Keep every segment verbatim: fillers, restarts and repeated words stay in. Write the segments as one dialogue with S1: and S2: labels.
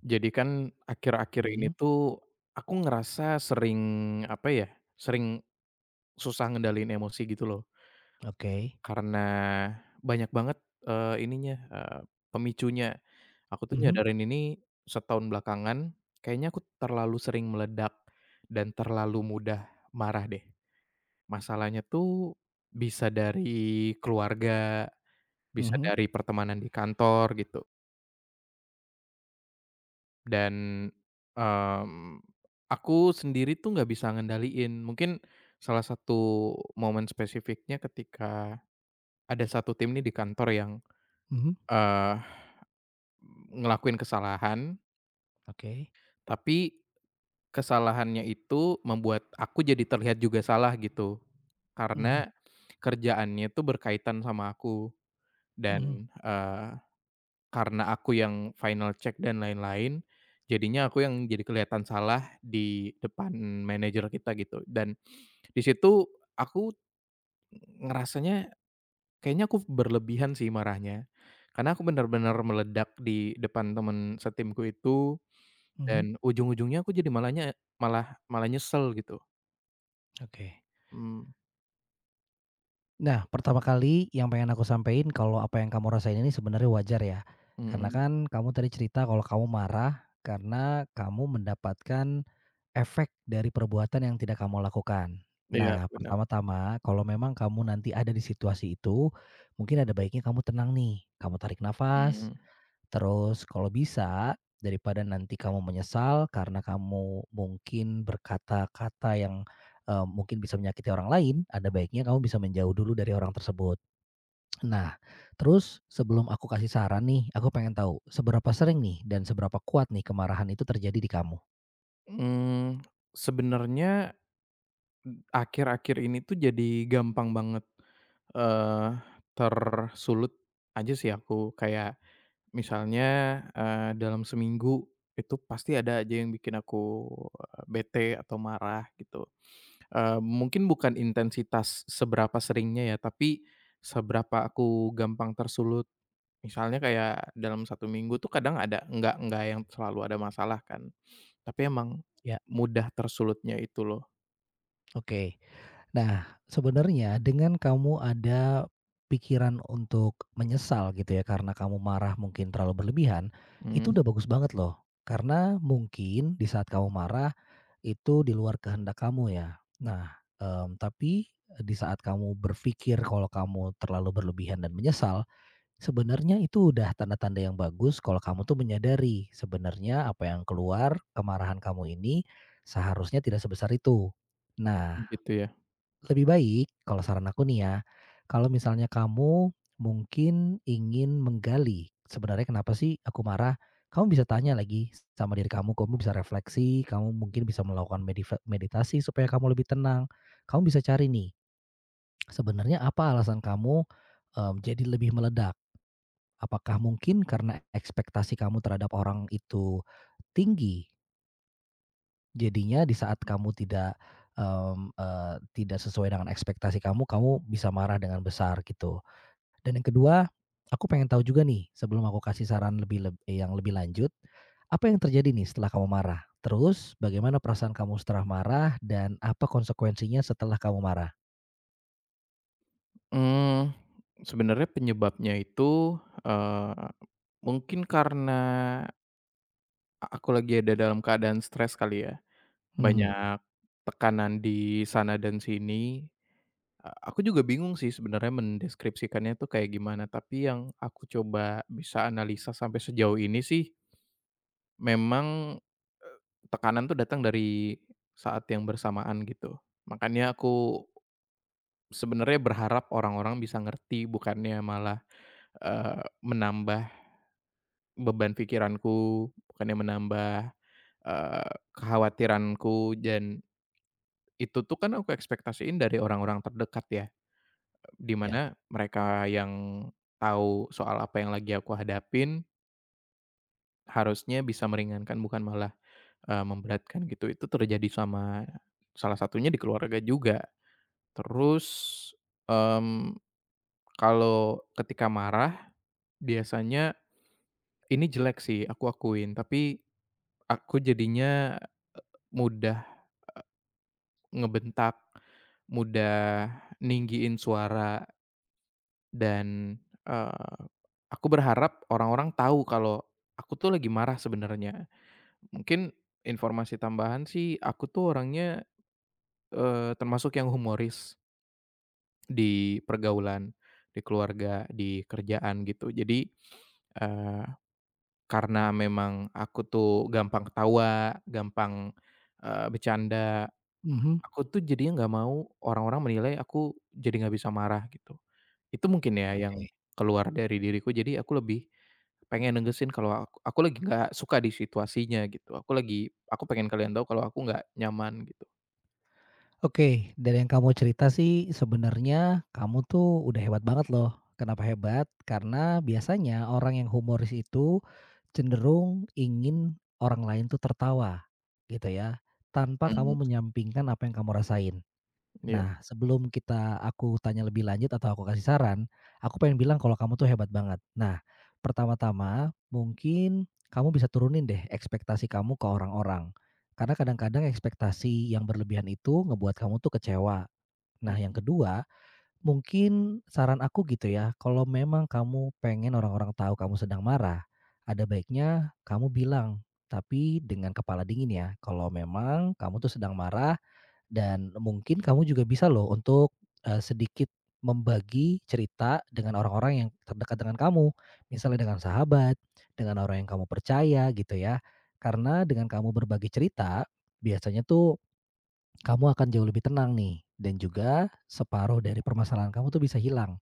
S1: Jadi kan akhir-akhir ini
S2: Mhm,
S1: tuh aku ngerasa sering, apa ya, sering susah ngendaliin emosi gitu loh.
S2: oke.
S1: Karena banyak banget, eee, ininya, eee, pemicunya. Aku tuh
S2: Mhm,
S1: nyadarin ini setahun belakangan, kayaknya aku terlalu sering meledak dan terlalu mudah marah deh. Masalahnya tuh bisa dari keluarga, bisa
S2: mhm,
S1: dari pertemanan di kantor gitu. Dan, mmm, aku sendiri tuh nggak bisa ngendaliin. Mungkin salah satu momen spesifiknya ketika ada satu tim nih di kantor yang,
S2: mhm,
S1: eee, ngelakuin kesalahan,
S2: oke.
S1: tapi kesalahannya itu membuat aku jadi terlihat juga salah gitu.
S2: Mhm,
S1: Karena kerjaannya itu berkaitan sama aku
S2: mhm,
S1: dan, eee Karena aku yang final check dan lain-lain, jadinya aku yang jadi kelihatan salah di depan manajer kita gitu dan di situ aku ngerasanya kayaknya aku berlebihan sih marahnya, karena aku benar-benar meledak di depan temen setimku itu
S2: mhm,
S1: dan ujung-ujungnya aku jadi malahnya malah malah nyesel gitu.
S2: oke.
S1: Mmm,
S2: Nah, pertama kali yang pengen aku sampein kalau apa yang kamu rasain ini sebenarnya wajar ya. Karena
S1: mhm.
S2: kan kamu tadi cerita kalau kamu marah karena kamu mendapatkan efek dari perbuatan yang tidak kamu lakukan.
S1: Iya
S2: Nah,
S1: benar.
S2: pertama-tama kalau memang kamu nanti ada di situasi itu, mungkin ada baiknya kamu tenang nih, kamu tarik nafas.
S1: Mhm.
S2: Terus kalau bisa, daripada nanti kamu menyesal karena kamu mungkin berkata-kata yang, eee, mungkin bisa menyakiti orang lain, ada baiknya kamu bisa menjauh dulu dari orang tersebut. Nah, terus sebelum aku kasih saran nih, aku pengen tahu seberapa sering nih dan seberapa kuat nih kemarahan itu terjadi di kamu?
S1: Mmm, sebenarnya Mmm, akhir-akhir ini tuh jadi gampang banget, eee, tersulut aja sih aku. Kayak misalnya, eee, dalam seminggu itu pasti ada aja yang bikin aku, eee, bete atau marah gitu. Eee, mungkin bukan intensitas seberapa seringnya ya, tapi seberapa aku gampang tersulut. Misalnya kayak dalam satu minggu tuh kadang ada nggak nggak yang selalu ada masalah kan, tapi emang
S2: Ya.
S1: mudah tersulutnya itu loh.
S2: Oke. Nah, sebenarnya dengan kamu ada pikiran untuk menyesal gitu ya, karena kamu marah mungkin terlalu berlebihan, itu
S1: Mmm,
S2: udah bagus banget loh. Karena mungkin di saat kamu marah itu di luar kehendak kamu ya. Nah, em, tapi di saat kamu berpikir kalau kamu terlalu berlebihan dan menyesal, sebenarnya itu udah tanda-tanda yang bagus kalau kamu tuh menyadari sebenarnya apa yang keluar kemarahan kamu ini seharusnya tidak sebesar itu. Nah,
S1: gitu ya.
S2: lebih baik kalau saran aku nih ya, kalau misalnya kamu mungkin ingin menggali, sebenarnya kenapa sih aku marah? Kamu bisa tanya lagi sama diri kamu, kamu bisa refleksi, kamu mungkin bisa melakukan mediva meditasi supaya kamu lebih tenang. Kamu bisa cari nih, sebenarnya apa alasan kamu, mmm, jadi lebih meledak? Apakah mungkin karena ekspektasi kamu terhadap orang itu tinggi? Jadinya di saat kamu tidak, mmm, eee, tidak sesuai dengan ekspektasi kamu, kamu bisa marah dengan besar gitu. Dan yang kedua, aku pengen tahu juga nih sebelum aku kasih saran lebih leb eh, yang lebih lanjut, apa yang terjadi nih setelah kamu marah? Terus bagaimana perasaan kamu setelah marah dan apa konsekuensinya setelah kamu marah?
S1: Mmm, sebenarnya penyebabnya itu, eee, mungkin karena a aku lagi ada dalam keadaan stres kali ya,
S2: Hmm.
S1: banyak tekanan di sana dan sini. A aku juga bingung sih sebenarnya mendeskripsikannya tuh kayak gimana, tapi yang aku coba bisa analisa sampai sejauh ini sih memang, eee, tekanan tuh datang dari saat yang bersamaan gitu. Makanya aku sebenarnya berharap orang-orang bisa ngerti bukannya malah Eee, menambah beban pikiranku, bukannya menambah, eee, kekhawatiranku dan itu tuh kan aku ekspektasiin dari orang-orang terdekat ya, di
S2: Ya,
S1: mana mereka yang tahu soal apa yang lagi aku hadapin, harusnya bisa meringankan bukan malah, eee, memberatkan gitu. Itu terjadi sama salah satunya di keluarga juga. Terus, mmm, kalau ketika marah biasanya ini jelek sih aku akuin, tapi aku jadinya, e mudah ngebentak, mudah ninggiin suara dan, eee, aku berharap orang-orang tahu kalau aku tuh lagi marah sebenarnya. Mungkin informasi tambahan sih, aku tuh orangnya, eee, termasuk yang humoris di pergaulan, di keluarga, di kerjaan gitu. Jadi, eee, karena memang aku tuh gampang ketawa, gampang, eee, bercanda
S2: mhm.
S1: aku tuh jadinya nggak mau orang-orang menilai aku jadi nggak bisa marah gitu. Itu mungkin ya Mmm. yang
S2: Oke.
S1: keluar dari diriku, jadi aku lebih pengen negesin kalau aku aku lagi nggak suka di situasinya gitu, aku lagi aku pengen kalian tahu kalau aku nggak nyaman gitu.
S2: Oke, dari yang kamu cerita sih sebenarnya kamu tuh udah hebat banget loh. Kenapa hebat? Karena biasanya orang yang humoris itu cenderung ingin orang lain tuh tertawa gitu ya, tanpa kamu
S1: Mhm.
S2: menyampingkan apa yang kamu rasain.
S1: Iya,
S2: Nah, sebelum kita aku tanya lebih lanjut atau aku kasih saran, aku pengen bilang kalau kamu tuh hebat banget. Nah, pertama-tama mungkin kamu bisa turunin deh ekspektasi kamu ke orang-orang. Karena kadang-kadang ekspektasi yang berlebihan itu ngebuat kamu tuh kecewa. Nah, yang kedua, mungkin saran aku gitu ya, kalau memang kamu pengen orang-orang tahu kamu sedang marah, ada baiknya kamu bilang, tapi dengan kepala dingin ya, kalau memang kamu tuh sedang marah dan mungkin kamu juga bisa loh untuk, eee, sedikit membagi cerita dengan orang-orang yang terdekat dengan kamu. Misalnya dengan sahabat, dengan orang yang kamu percaya gitu ya. Karena dengan kamu berbagi cerita, biasanya tuh kamu akan jauh lebih tenang nih dan juga separuh dari permasalahan kamu tuh bisa hilang.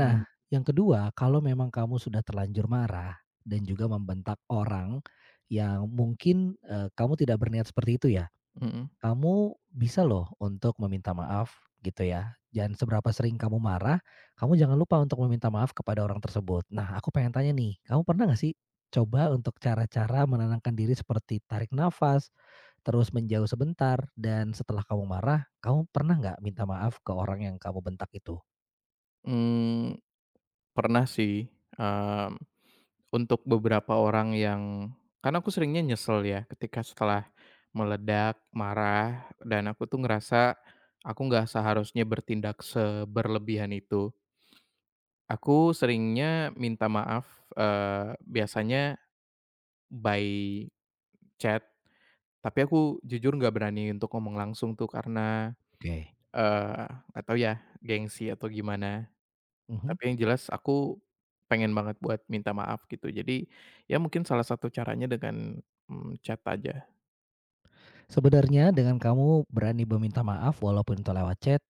S2: Nah, yang kedua, kalau memang kamu sudah terlanjur marah dan juga membentak orang yang mungkin, eee, kamu tidak berniat seperti itu ya.
S1: mhm,
S2: Kamu bisa loh untuk meminta maaf gitu ya, dan seberapa sering kamu marah, kamu jangan lupa untuk meminta maaf kepada orang tersebut. Nah, aku pengen tanya nih, kamu pernah nggak sih coba untuk cara-cara menenangkan diri seperti tarik nafas, terus menjauh sebentar, dan setelah kamu marah, kamu pernah nggak minta maaf ke orang yang kamu bentak itu?
S1: mmm, pernah sih, mmm untuk beberapa orang yang karena aku seringnya nyesel ya ketika setelah meledak, marah, dan aku tuh ngerasa aku nggak seharusnya bertindak seberlebihan itu. Aku seringnya minta maaf, eee, biasanya by chat, tapi aku jujur nggak berani untuk ngomong langsung tuh karena,
S2: Oke.
S1: eee, nggak tahu ya gengsi atau gimana.
S2: Mhm.
S1: Tapi yang jelas aku pengen banget buat minta maaf gitu. Jadi, ya mungkin salah satu caranya dengan, mmm, chat aja.
S2: Sebenarnya dengan kamu berani meminta maaf walaupun itu lewat chat,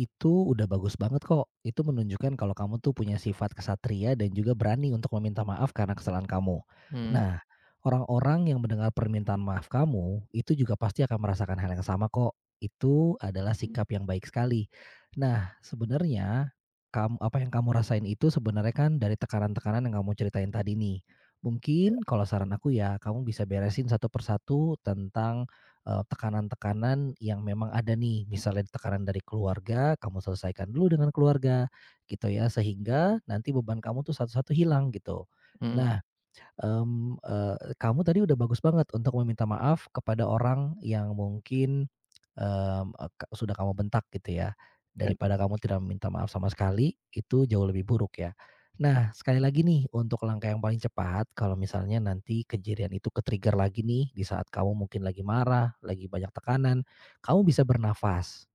S2: itu udah bagus banget kok. Itu menunjukkan kalau kamu tuh punya sifat kesatria dan juga berani untuk meminta maaf karena kesalahan kamu.
S1: Mhm.
S2: Nah, orang-orang yang mendengar permintaan maaf kamu, itu juga pasti akan merasakan hal yang sama kok. Itu adalah sikap yang baik sekali. Nah, sebenarnya kamu apa yang kamu rasain itu sebenarnya kan dari tekanan-tekanan yang kamu ceritain tadi nih. Mungkin kalau saran aku ya, kamu bisa beresin satu persatu tentang eee, tekanan-tekanan yang memang ada nih, misalnya tekanan dari keluarga, kamu selesaikan dulu dengan keluarga gitu ya, sehingga nanti beban kamu tuh satu-satu hilang gitu.
S1: Mhm.
S2: Nah, mmm, eee, kamu tadi udah bagus banget untuk meminta maaf kepada orang yang mungkin, mmm, eee, ka sudah kamu bentak gitu ya,
S1: Ya.
S2: daripada kamu tidak meminta maaf sama sekali, itu jauh lebih buruk ya. Nah, sekali lagi nih untuk langkah yang paling cepat kalau misalnya nanti kejadian itu ke-trigger lagi nih di saat kamu mungkin lagi marah, lagi banyak tekanan, kamu bisa bernafas.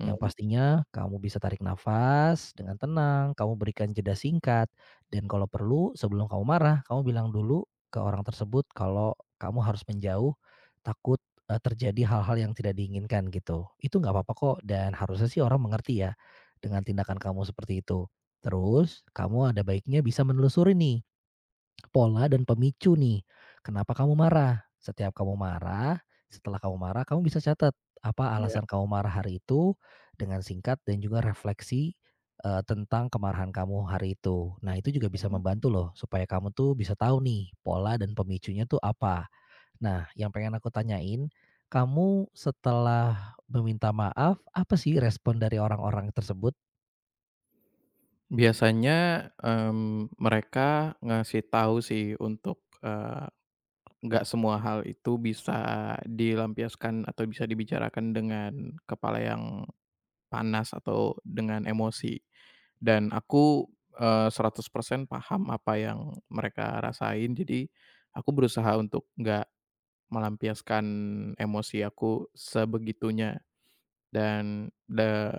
S2: Yang pastinya kamu bisa tarik nafas dengan tenang, kamu berikan jeda singkat, dan kalau perlu sebelum kamu marah, kamu bilang dulu ke orang tersebut kalau kamu harus menjauh, takut, eee, terjadi hal-hal yang tidak diinginkan gitu. Itu nggak apa-apa kok dan harusnya sih orang mengerti ya dengan tindakan kamu seperti itu. Terus kamu ada baiknya bisa menelusuri nih pola dan pemicu nih, kenapa kamu marah. Setiap kamu marah, setelah kamu marah kamu bisa catat, apa
S1: Iya.
S2: alasan kamu marah hari itu, dengan singkat dan juga refleksi, eee, tentang kemarahan kamu hari itu. Nah itu juga bisa membantu loh, supaya kamu tuh bisa tahu nih, pola dan pemicunya tuh apa. Nah yang pengen aku tanyain, kamu setelah meminta maaf, apa sih respon dari orang-orang tersebut?
S1: Biasanya, mmm, mereka ngasih tahu sih untuk, eee, nggak semua hal itu bisa dilampiaskan atau bisa dibicarakan dengan kepala yang panas atau dengan emosi. Dan aku, eee, seratus persen paham apa yang mereka rasain, jadi aku berusaha untuk nggak melampiaskan emosi aku sebegitunya. Dan the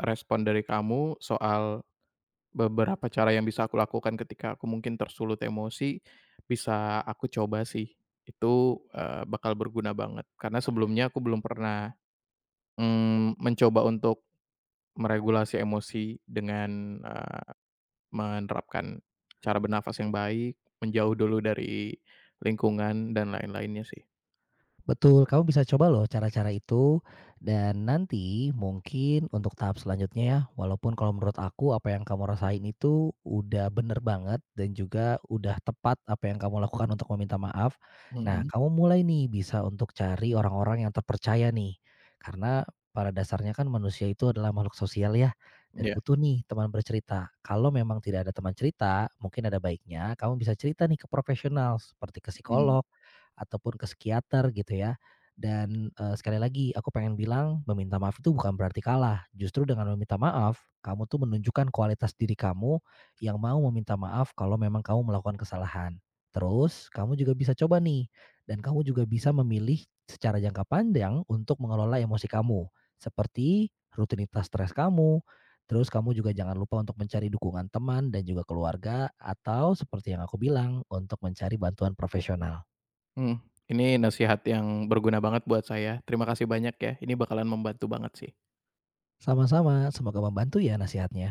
S1: respon dari kamu soal beberapa cara yang bisa aku lakukan ketika aku mungkin tersulut emosi, bisa aku coba sih. Itu, eee, bakal berguna banget, karena sebelumnya aku belum pernah, mmm, mencoba untuk meregulasi emosi dengan, eee, menerapkan cara bernafas yang baik, menjauh dulu dari lingkungan dan lain-lainnya sih.
S2: Betul, kamu bisa coba loh cara-cara itu dan nanti mungkin untuk tahap selanjutnya ya, walaupun kalau menurut aku apa yang kamu rasain itu udah bener banget dan juga udah tepat apa yang kamu lakukan untuk meminta maaf. Nah,
S1: Mhm.
S2: kamu mulai nih bisa untuk cari orang-orang yang terpercaya nih. Karena pada dasarnya kan manusia itu adalah makhluk sosial ya dan
S1: Iya.
S2: butuh nih teman bercerita. Kalau memang tidak ada teman cerita, mungkin ada baiknya kamu bisa cerita nih ke profesional seperti ke
S1: Mhm.
S2: psikolog ataupun ke psikiater gitu ya. Dan, eee, sekali lagi aku pengen bilang meminta maaf itu bukan berarti kalah, justru dengan meminta maaf, kamu tuh menunjukkan kualitas diri kamu yang mau meminta maaf kalau memang kamu melakukan kesalahan. Terus kamu juga bisa coba nih dan kamu juga bisa memilih secara jangka panjang untuk mengelola emosi kamu, seperti rutinitas stres kamu, terus kamu juga jangan lupa untuk mencari dukungan teman dan juga keluarga atau seperti yang aku bilang untuk mencari bantuan profesional.
S1: Mhm, ini nasihat yang berguna banget buat saya. Terima kasih banyak ya, ini bakalan membantu banget sih.
S2: Sama-sama, semoga membantu ya nasihatnya.